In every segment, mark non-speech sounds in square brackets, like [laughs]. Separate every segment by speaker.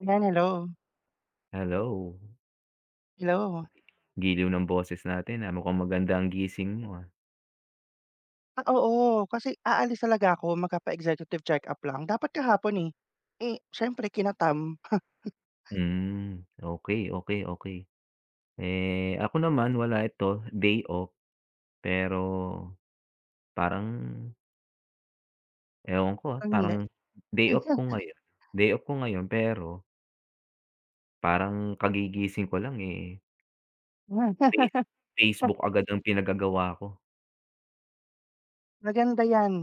Speaker 1: Ayan, hello.
Speaker 2: Hello,
Speaker 1: Hello.
Speaker 2: giliw ng boses natin, ah, mukhang maganda ang gising mo, ah.
Speaker 1: Ah, oo, kasi aalis talaga ako magpapa-executive check-up lang. Dapat kahapon, eh. Eh, siyempre kinatam,
Speaker 2: Hmm, okey, okey, okey. Eh, ako naman wala ito, day off, pero parang ewan ko, ah,
Speaker 1: parang hindi.
Speaker 2: parang day off ko ngayon day off ko ngayon pero parang kagigising ko lang, eh, face
Speaker 1: [laughs]
Speaker 2: Facebook agad ang pinagagawa ko.
Speaker 1: Maganda 'yan,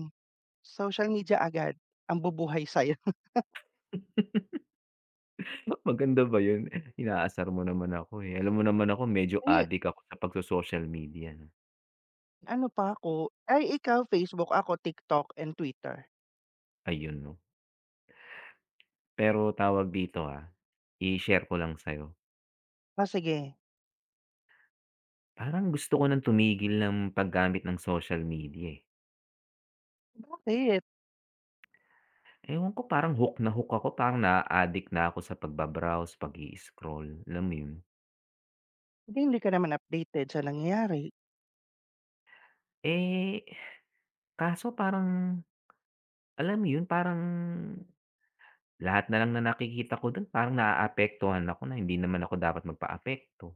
Speaker 1: social media agad ang bubuhay sa'yo. [laughs]
Speaker 2: [laughs] Maganda ba yun? Inaasar mo naman ako, eh, alam mo naman ako medyo
Speaker 1: Eh,
Speaker 2: addict ako sa pagso-social media 'no,
Speaker 1: ano pa ako, ay ikaw Facebook, ako TikTok and Twitter.
Speaker 2: ayun 'no. Pero tawag dito, ah, i-share ko lang sa'yo.
Speaker 1: Oh, sige,
Speaker 2: Parang gusto ko ng tumigil ng paggamit ng social media, eh.
Speaker 1: bakit?
Speaker 2: Ewan ko parang hook na hook ako, parang na addict na ako sa pagbabrowse, browse pag scroll alam mo 'yun?
Speaker 1: Di hindi ka naman updated sa nangyayari.
Speaker 2: Eh, kaso parang, alam mo 'yun, parang lahat na lang na nakikita ko dun parang naaapektuhan ako na hindi naman ako dapat magpaapekto.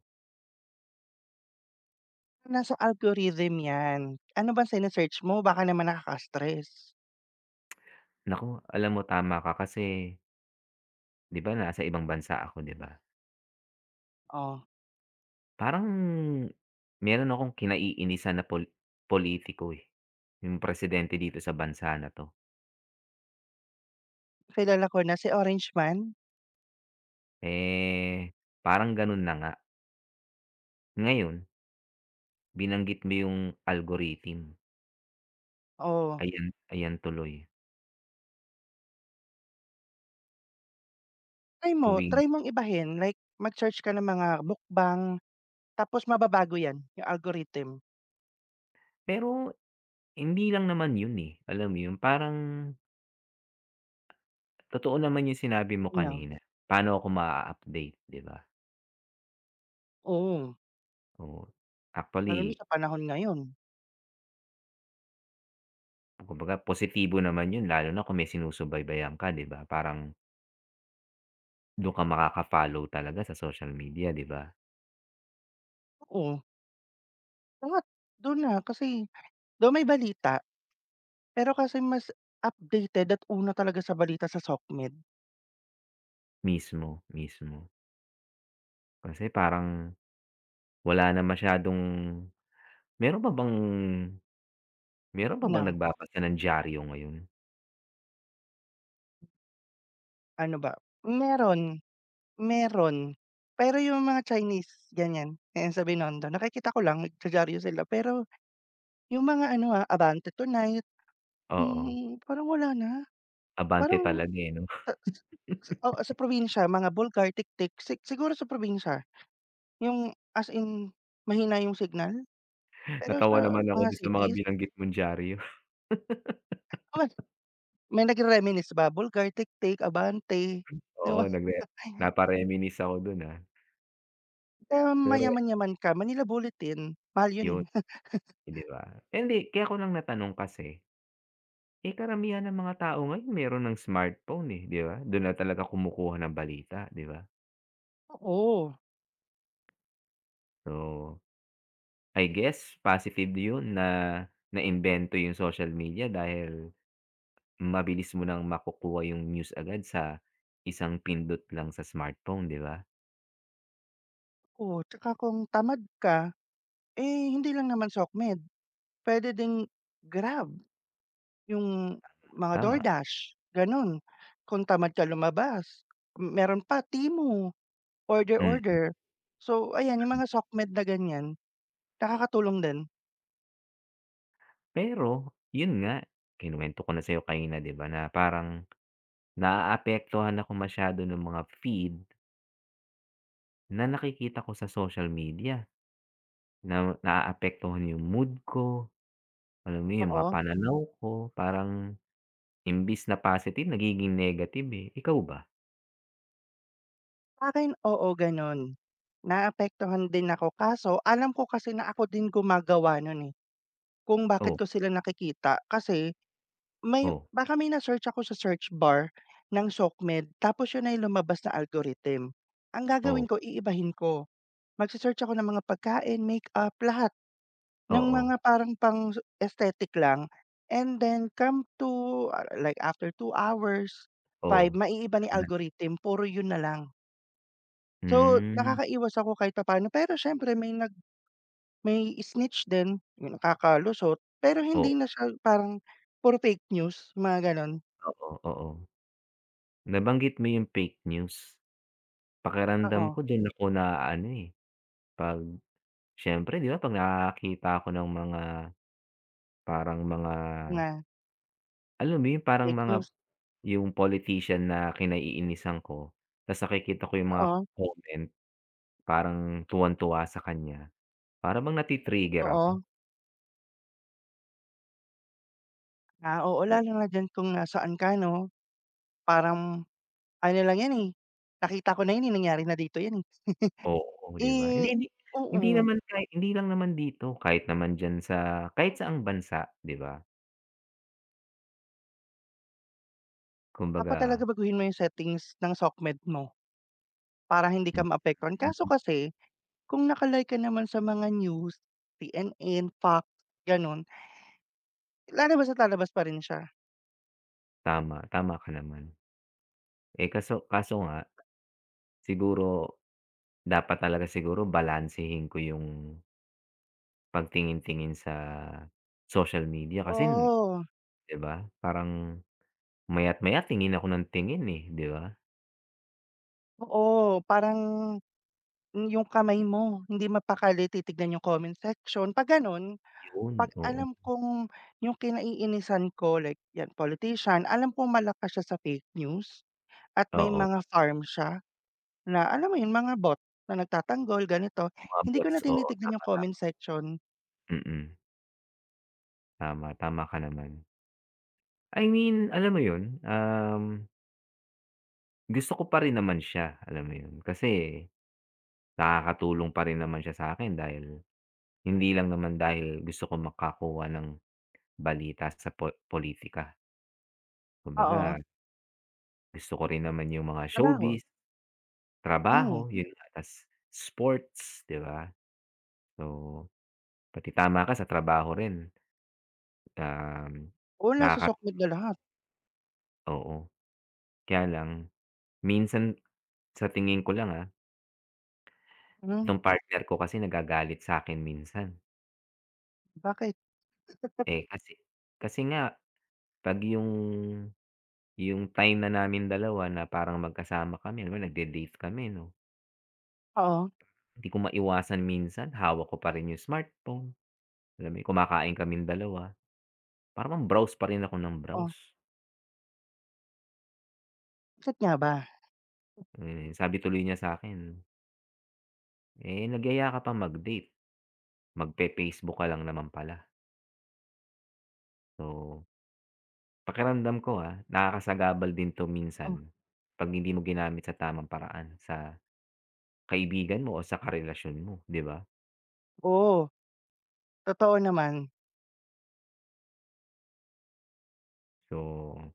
Speaker 1: Nasa algorithm 'yan. Ano bang sine-search mo? Baka naman nakaka-stress.
Speaker 2: Naku, alam mo tama ka kasi 'di ba nasa ibang bansa ako, 'di ba?
Speaker 1: Oh,
Speaker 2: Parang meron akong kinaiinisan na politiko, eh, yung presidente dito sa bansa na 'to.
Speaker 1: kilala ko na si Orange Man,
Speaker 2: Eh, parang gano'n na nga. Ngayon, binanggit mo yung algorithm,
Speaker 1: oh.
Speaker 2: ayan ayan tuloy
Speaker 1: Try mo,
Speaker 2: tuwing
Speaker 1: try mong ibahin like mag-search ka ng mga mukbang tapos mababago 'yan, yung algorithm
Speaker 2: pero hindi lang naman yun, eh, alam mo yun, parang totoo naman yung sinabi mo
Speaker 1: niya.
Speaker 2: kanina, paano ako ma update 'di ba?
Speaker 1: Oo,
Speaker 2: O
Speaker 1: lalo
Speaker 2: actually,
Speaker 1: na sa panahon ngayon.
Speaker 2: kumbaga positibo naman yun lalo na kung may sinusubaybayan ka, 'di ba? Parang dun ka makaka-follow talaga sa social media, 'di ba?
Speaker 1: Oo, lahat do'n na kasi though may balita, pero kasi mas updated at una talaga sa balita sa SOCMED
Speaker 2: Mismo, mismo. Kasi parang wala na masyadong meron pa bang meron pa bang
Speaker 1: na
Speaker 2: nagbabasa ng diyaryo ngayon?
Speaker 1: ano ba, meron, meron. Pero yung mga Chinese ganyan, ayan sa Binondo nakikita ko lang nagja-dyaryo sila pero yung mga ano, ah, Abante Tonight,
Speaker 2: Oo,
Speaker 1: hmm, parang wala na.
Speaker 2: abante
Speaker 1: Parang
Speaker 2: talaga, eh, 'no?
Speaker 1: Sa sa sa
Speaker 2: [laughs]
Speaker 1: oo, sa probinsya mga Bulgar, Tiktik, siguro sa probinsya yung as in mahina yung signal, pero
Speaker 2: Natawa
Speaker 1: sa
Speaker 2: naman ako
Speaker 1: mga
Speaker 2: dun sa mga
Speaker 1: cities,
Speaker 2: binanggit mong diyaryo. [laughs]
Speaker 1: naman may nagre-reminisce ba Bulgar, Tiktik, Abante, [laughs] di
Speaker 2: Oo,
Speaker 1: ba?
Speaker 2: napa-reminisce ako dun, ah.
Speaker 1: Kaya
Speaker 2: Pero
Speaker 1: mayaman-yaman ka Manila Bulletin, mahal yun,
Speaker 2: yun,
Speaker 1: eh.
Speaker 2: eh, 'di ba? Hindi, kaya ko lang natanong kasi, eh, karamihan ng mga tao ngayon meron ng smartphone, eh, 'di ba? Dun na talaga kumukuha ng balita, 'di ba?
Speaker 1: Oo,
Speaker 2: So I guess positive yun na naimbento yung social media dahil mabilis mo nang makukuha yung news agad sa isang pindot lang sa smartphone, 'di ba?
Speaker 1: [laughs] oo, tsaka kung tamad ka, eh, hindi lang naman SOCMED, puwede ding Grab, yung mga
Speaker 2: Tama,
Speaker 1: DoorDash, gano'n. Kung tamad ka lumabas, meron pa Temu.
Speaker 2: mm.
Speaker 1: Order-order. So ayan, yung mga SOCMED na ganyan, nakakatulong din,
Speaker 2: Pero yun nga, kinuwento ko na sa'yo kanina, 'di ba, na parang naaapektuhan ako masyado ng mga feed na nakikita ko sa social media na naaapektuhan yung mood ko, alam mo yun, yung mga
Speaker 1: oo.
Speaker 2: pananaw ko, parang imbis na positive nagiging negative, eh. Ikaw ba?
Speaker 1: Sa'kin, oo, gano'n. Naapektuhan din ako kaso alam ko kasi na ako din gumagawa nun, eh, kung bakit
Speaker 2: Oh,
Speaker 1: ko sila nakikita kasi may
Speaker 2: oh.
Speaker 1: baka may na-search ako sa search bar ng SOCMED tapos yun na yung lumabas na algorithm. Ang
Speaker 2: Oh,
Speaker 1: gagawin ko, iibahin ko. Magse-search ako ng mga pagkain, makeup, lahat. Ng
Speaker 2: oo,
Speaker 1: mga parang pang aesthetic lang and then come to ah, like after two hours,
Speaker 2: oo.
Speaker 1: 5
Speaker 2: 'Di ba
Speaker 1: maiiba ni
Speaker 2: naman?
Speaker 1: algorithm puro yun na lang. So,
Speaker 2: Hmm,
Speaker 1: nakakaiwas ako kahit papaano pero siyempre may snitch din, yung nakakalusot, pero hindi
Speaker 2: oo,
Speaker 1: na siya parang puro fake news mga gano'n.
Speaker 2: oo, oo. Nabanggit mo yung fake news. Pakiramdam
Speaker 1: Oo,
Speaker 2: ko din ako naaano, eh, 'pag siyempre 'di ba 'pag nakakita ako ng mga parang mga
Speaker 1: na
Speaker 2: alam mo yun, parang
Speaker 1: fake
Speaker 2: mga
Speaker 1: news,
Speaker 2: yung politician na kinaiinisan ko ta's nakikita ko yung mga
Speaker 1: oo,
Speaker 2: comment parang tuwang-tuwa sa kanya, para bang nati-trigger ako.
Speaker 1: oo. Ah, oo lalo na diyan kung nasaan ka 'no, parang ano lang yan, eh, nakita ko na yun, eh, nangyari na dito yan, eh.
Speaker 2: Oo, 'di ba? Hindi
Speaker 1: Eh
Speaker 2: hindi hindi
Speaker 1: oo.
Speaker 2: naman kahit hindi lang naman dito, kahit naman diyan sa kahit saang bansa, 'di ba?
Speaker 1: Dapat
Speaker 2: Kumbaga
Speaker 1: talaga baguhin mo yung settings ng SOCMED mo, para hindi ka maapektuhan. Kaso
Speaker 2: mm,
Speaker 1: kasi, kung naka naman sa mga news, C N N, Fox, gano'n, lalabas at lalabas pa rin siya.
Speaker 2: tama, tama ka naman. Eh, kaso kaso nga siguro dapat talaga siguro balansehin ko yung pagtingin-tingin sa social media kasi
Speaker 1: Oo,
Speaker 2: 'di ba, parang maya't-maya tingin ako ng tingin, eh, 'di ba?
Speaker 1: oo, parang yung kamay mo hindi mapakali titignan yung comment section, 'pag gano'n.
Speaker 2: Yun,
Speaker 1: 'Pag
Speaker 2: oo.
Speaker 1: alam kong yung kinaiinisan ko like yan politician, alam kong malakas siya sa fake news at may
Speaker 2: Oo,
Speaker 1: mga farm siya. Na alam mo 'yun, mga bot na nagtatanggol, ganito.
Speaker 2: yung mga
Speaker 1: Hindi ko
Speaker 2: bots,
Speaker 1: na
Speaker 2: oo,
Speaker 1: tinitignan
Speaker 2: tama,
Speaker 1: yung comment
Speaker 2: tama.
Speaker 1: section.
Speaker 2: Mm, tama, tama ka naman. I mean, alam mo yun, gusto ko pa rin naman siya, alam mo yun. Kasi nakakatulong pa rin naman siya sa akin, dahil hindi lang naman dahil gusto ko makakuha ng balita sa pulitika.
Speaker 1: Oo,
Speaker 2: Kumbaga gusto ko rin naman yung mga
Speaker 1: trabaho,
Speaker 2: showbiz,
Speaker 1: hmm.
Speaker 2: trabaho, yun nga, tas sports, 'di ba? So, pati tama ka sa trabaho rin, um,
Speaker 1: Oo, nasa
Speaker 2: nakaka
Speaker 1: sokmed na lahat.
Speaker 2: oo. Kaya lang minsan sa tingin ko lang, ah,
Speaker 1: Hmm,
Speaker 2: itong partner ko kasi nagagalit sa akin minsan.
Speaker 1: bakit?
Speaker 2: Eh, kasi kasi nga 'pag yung time na namin dalawa na parang magkasama kami, alam mo nagde-date kami 'no,
Speaker 1: Oo,
Speaker 2: hindi ko maiwasan minsan hawak ko pa rin yung smartphone, alam mo yun, kumakain kaming dalawa, parang browse pa rin ako ng
Speaker 1: oo.
Speaker 2: browse.
Speaker 1: Check nga ba?
Speaker 2: Eh, sabi tuloy niya sa'kin, "Eh, nagyaya ka pa mag-date, magfe-Facebook ka lang naman pala." So, pakiramdam ko, ah, nakakasagabal din 'to minsan
Speaker 1: Oh,
Speaker 2: 'pag hindi mo ginamit sa tamang paraan sa kaibigan mo o sa karelasyon mo, 'di ba?
Speaker 1: oo, totoo naman.
Speaker 2: So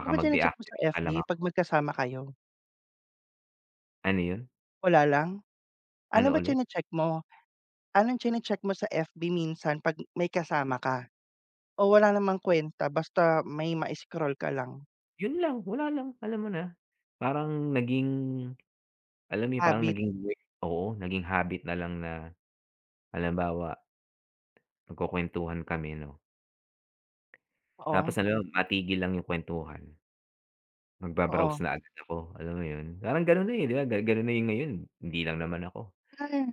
Speaker 1: Ano ba chine-check mo sa
Speaker 2: mag-deactivate na lang
Speaker 1: FB
Speaker 2: ako.
Speaker 1: 'pag magkasama kayo?
Speaker 2: Ano yun?
Speaker 1: Wala lang? Ano
Speaker 2: Ano
Speaker 1: ba
Speaker 2: ulit?
Speaker 1: chine-check mo? Anong chine-check mo sa FB minsan 'pag may kasama ka? O wala namang kwenta basta may ma-scroll ka lang?
Speaker 2: Yun lang, wala lang, alam mo na. Parang naging alam mo yun, parang
Speaker 1: Habit,
Speaker 2: naging way oo, naging habit na lang na halimbawa, nagkukuwentuhan kami 'no,
Speaker 1: oo,
Speaker 2: tapos alam mo matigil lang yung kuwentuhan, magbabrowse
Speaker 1: oo.
Speaker 2: na agad ako, alam mo yun? Parang gano'n na, eh, 'di ba? Gano'n na yung ngayon, hindi lang naman ako.
Speaker 1: Ay.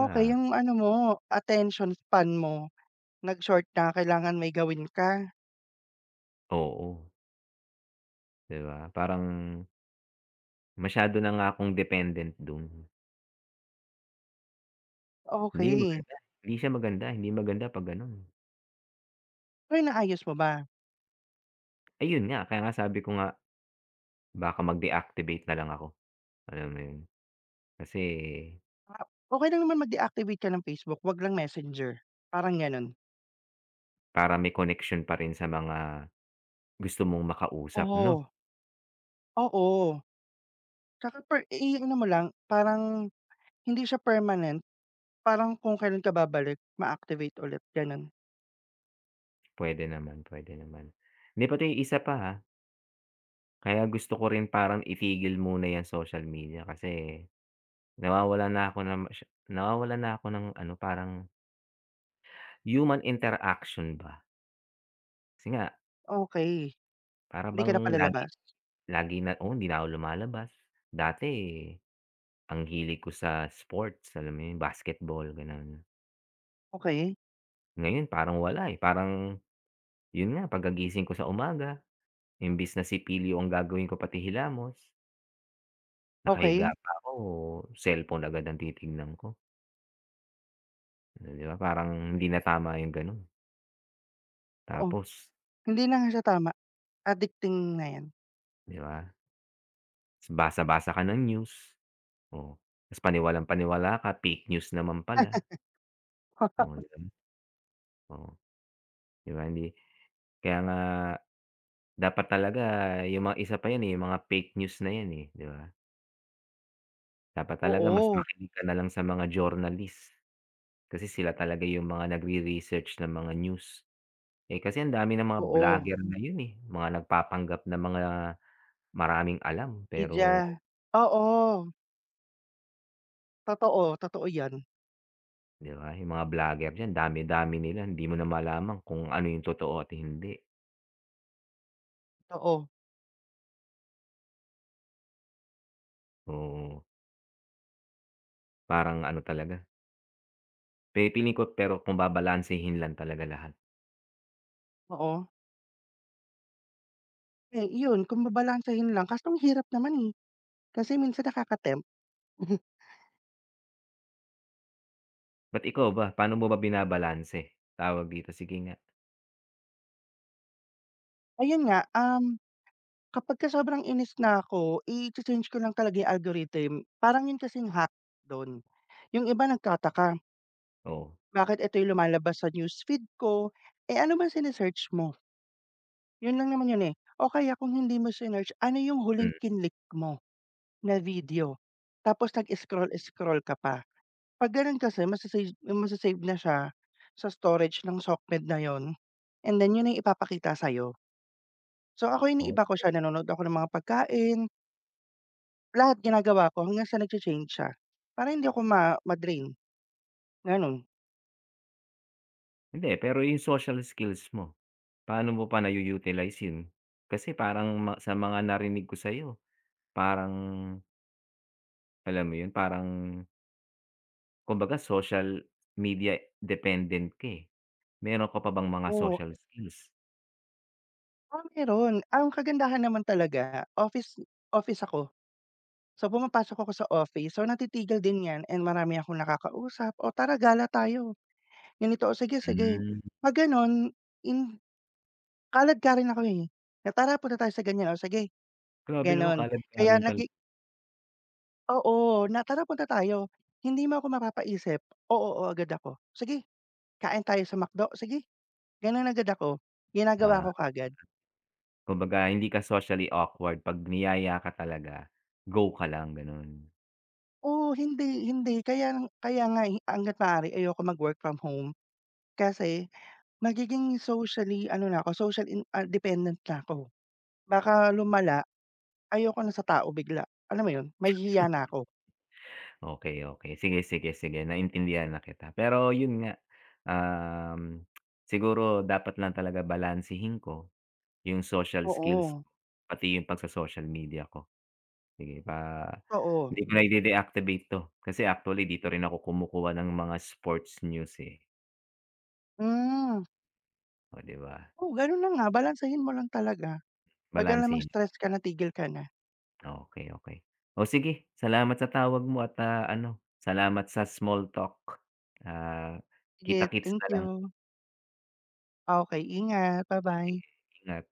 Speaker 1: Okey, yung ano mo, attention span mo, nag-short na kailangan may gawin ka,
Speaker 2: oo, 'di ba? Parang masyado na nga akong dependent dun. Hindi
Speaker 1: okey.
Speaker 2: maganda, hindi siya maganda, hindi maganda 'pag gano'n.
Speaker 1: Pero naayos mo ba?
Speaker 2: Ayun nga, kaya nga sabi ko nga baka mag-deactivate na lang ako, alam mo yun? Kasi
Speaker 1: Ah, okey lang naman mag-deactivate ka ng Facebook, 'wag lang Messenger, parang gano'n.
Speaker 2: para may connection pa rin sa mga gusto mong makausap 'no?
Speaker 1: Oo, oo. Tsaka per i-ano mo lang, parang hindi siya permanent, parang kung kailan ka babalik, ma-activate ulit, gano'n.
Speaker 2: Pwede naman, pwede naman. 'Di pati yung isa pa, ha, kaya gusto ko rin parang itigil muna 'yang social media kasi nawawala na ako ng nawawala na ako ng ano, parang human interaction ba. Kasi nga
Speaker 1: Okey,
Speaker 2: para
Speaker 1: hindi ka
Speaker 2: bang
Speaker 1: na
Speaker 2: lagi
Speaker 1: palalabas?
Speaker 2: lagi na oo, hindi na ako lumalabas. Dati ang hilig ko sa sports, alam mo yun, basketball, gano'n.
Speaker 1: Okey,
Speaker 2: Ngayon parang wala, eh, parang yun nga pagkagising ko sa umaga imbis na sipilyo ang gagawin ko pati hilamos, nakahiga
Speaker 1: okey,
Speaker 2: pa ako cellphone agad ang titignan ko, 'di ba parang hindi na tama yung gano'n.
Speaker 1: oo.
Speaker 2: Tapos
Speaker 1: Hindi na nga siya tama, addicting na 'yan.
Speaker 2: 'di ba basa-basa ka ng news, oh, ta's paniwalang-paniwala ka fake news naman pala, oh, 'di
Speaker 1: [laughs]
Speaker 2: ba? Oh 'di ba hindi kaya nga dapat talaga yung mga isa pa yun, eh, yung mga fake news na yan, eh, 'di ba? Dapat talaga mas
Speaker 1: Oo,
Speaker 2: makinig ka na lang sa mga journalist. Kasi sila talaga yung mga nagre-research ng mga news. Eh, kasi ang dami ng mga
Speaker 1: oo.
Speaker 2: vlogger mm ngayon, eh, mga nagpapanggap na mga maraming alam pero
Speaker 1: Media. Oo, totoo, totoo 'yan.
Speaker 2: 'di ba, yung mga vlogger diyan dami-dami nila hindi mo na malaman kung ano yung totoo at hindi.
Speaker 1: Totoo,
Speaker 2: Oo, parang ano talaga, pipiling ko pero kung babalansehin lang talaga lahat.
Speaker 1: oo. Eh, iyon kung babalansehin lang kaso ang hirap naman, eh, kasi minsan nakaka-tempt. [laughs]
Speaker 2: But ikaw ba, paano mo ba binabalanse? Tawag dito, sige nga.
Speaker 1: Ayun nga, kapagka sobrang inis na ako i change ko lang talaga 'yung algorithm. Parang 'yun kasing hack do'n. 'Yung iba nagtataka,
Speaker 2: Oo,
Speaker 1: bakit ito 'yung lumalabas sa newsfeed ko, eh, ano ba sine mo? 'Yun lang naman 'yun, eh. O kaya kung hindi mo sinearch, ano 'yung huling
Speaker 2: hmm,
Speaker 1: kinlik mo na video? Tapos nag-scroll-scroll ka pa. 'Pag gano'n kasi masasave na siya sa storage ng SOCMED na 'yun and then 'yun na yung ipapakita sa'yo. So ako iniiba ko siya,
Speaker 2: okey.
Speaker 1: nanonood ako ng mga pagkain, lahat ginagawa ko hanggang sa nagcha-change siya, para hindi ako ma-drain, gano'n.
Speaker 2: Hindi, pero yung social skills mo. Paano mo pa nayu-utilize yun? Kasi parang sa mga narinig ko sa'yo, parang alam mo yun, parang kumbaga social media dependent ka, eh. Meron ka pa bang mga
Speaker 1: Oo,
Speaker 2: social skills?
Speaker 1: ah, meron. Ang kagandahan naman talaga office office ako. So pumapasok ako sa office, so natitigil din 'yan and marami akong nakakausap, "O tara gala tayo, ganito, o sige, sige."
Speaker 2: Hmm,
Speaker 1: 'Pag gano'n, hin Kalad ka rin ako, eh, na tara punta tayo sa ganyan, o sige
Speaker 2: grabe naman
Speaker 1: gano'n.
Speaker 2: kalad ka
Speaker 1: Kaya
Speaker 2: rin pala.
Speaker 1: nagi Oo, na tara punta tayo, hindi mo ako mapapaisip, oo, oo agad ako. Sige kain tayo sa McDo, sige gano'n agad ako, ginagawa
Speaker 2: Ah,
Speaker 1: ko kaagad.
Speaker 2: kumbaga hindi ka socially awkward 'pag niyaya ka talaga, go ka lang gano'n.
Speaker 1: Oo, hindi, hindi kaya kaya nga, eh, hangga't maaari ayoko mag-work from home kasi magiging socially ano na ako, dependent na ako. Baka lumala, ayoko na sa tao bigla, alam mo 'yun, mahihiya na ako.
Speaker 2: Okey, okey. Sige, sige, sige naintindihan na kita. Pero yun nga, um, siguro dapat lang talaga balansehin ko yung social skills,
Speaker 1: Oo,
Speaker 2: pati yung pagso-social media ko. Sige pa
Speaker 1: oo.
Speaker 2: hindi ko na i-de-deactivate 'to kasi actually dito rin ako kumukuha ng mga sports news, eh.
Speaker 1: Hmm.
Speaker 2: Oh, 'di ba?
Speaker 1: Oo, gano'n na nga, balansehin mo lang talaga. 'Pag alamang
Speaker 2: Balansehin.
Speaker 1: stress ka na, tigil ka na.
Speaker 2: Okey, okey. Oh, sige salamat sa tawag mo at, ah, ano, salamat sa small talk. Ah,
Speaker 1: Sige,
Speaker 2: kita-kits
Speaker 1: thank
Speaker 2: na lang.
Speaker 1: you. Ah, okey, ingat. Ba-bye.
Speaker 2: Ingat.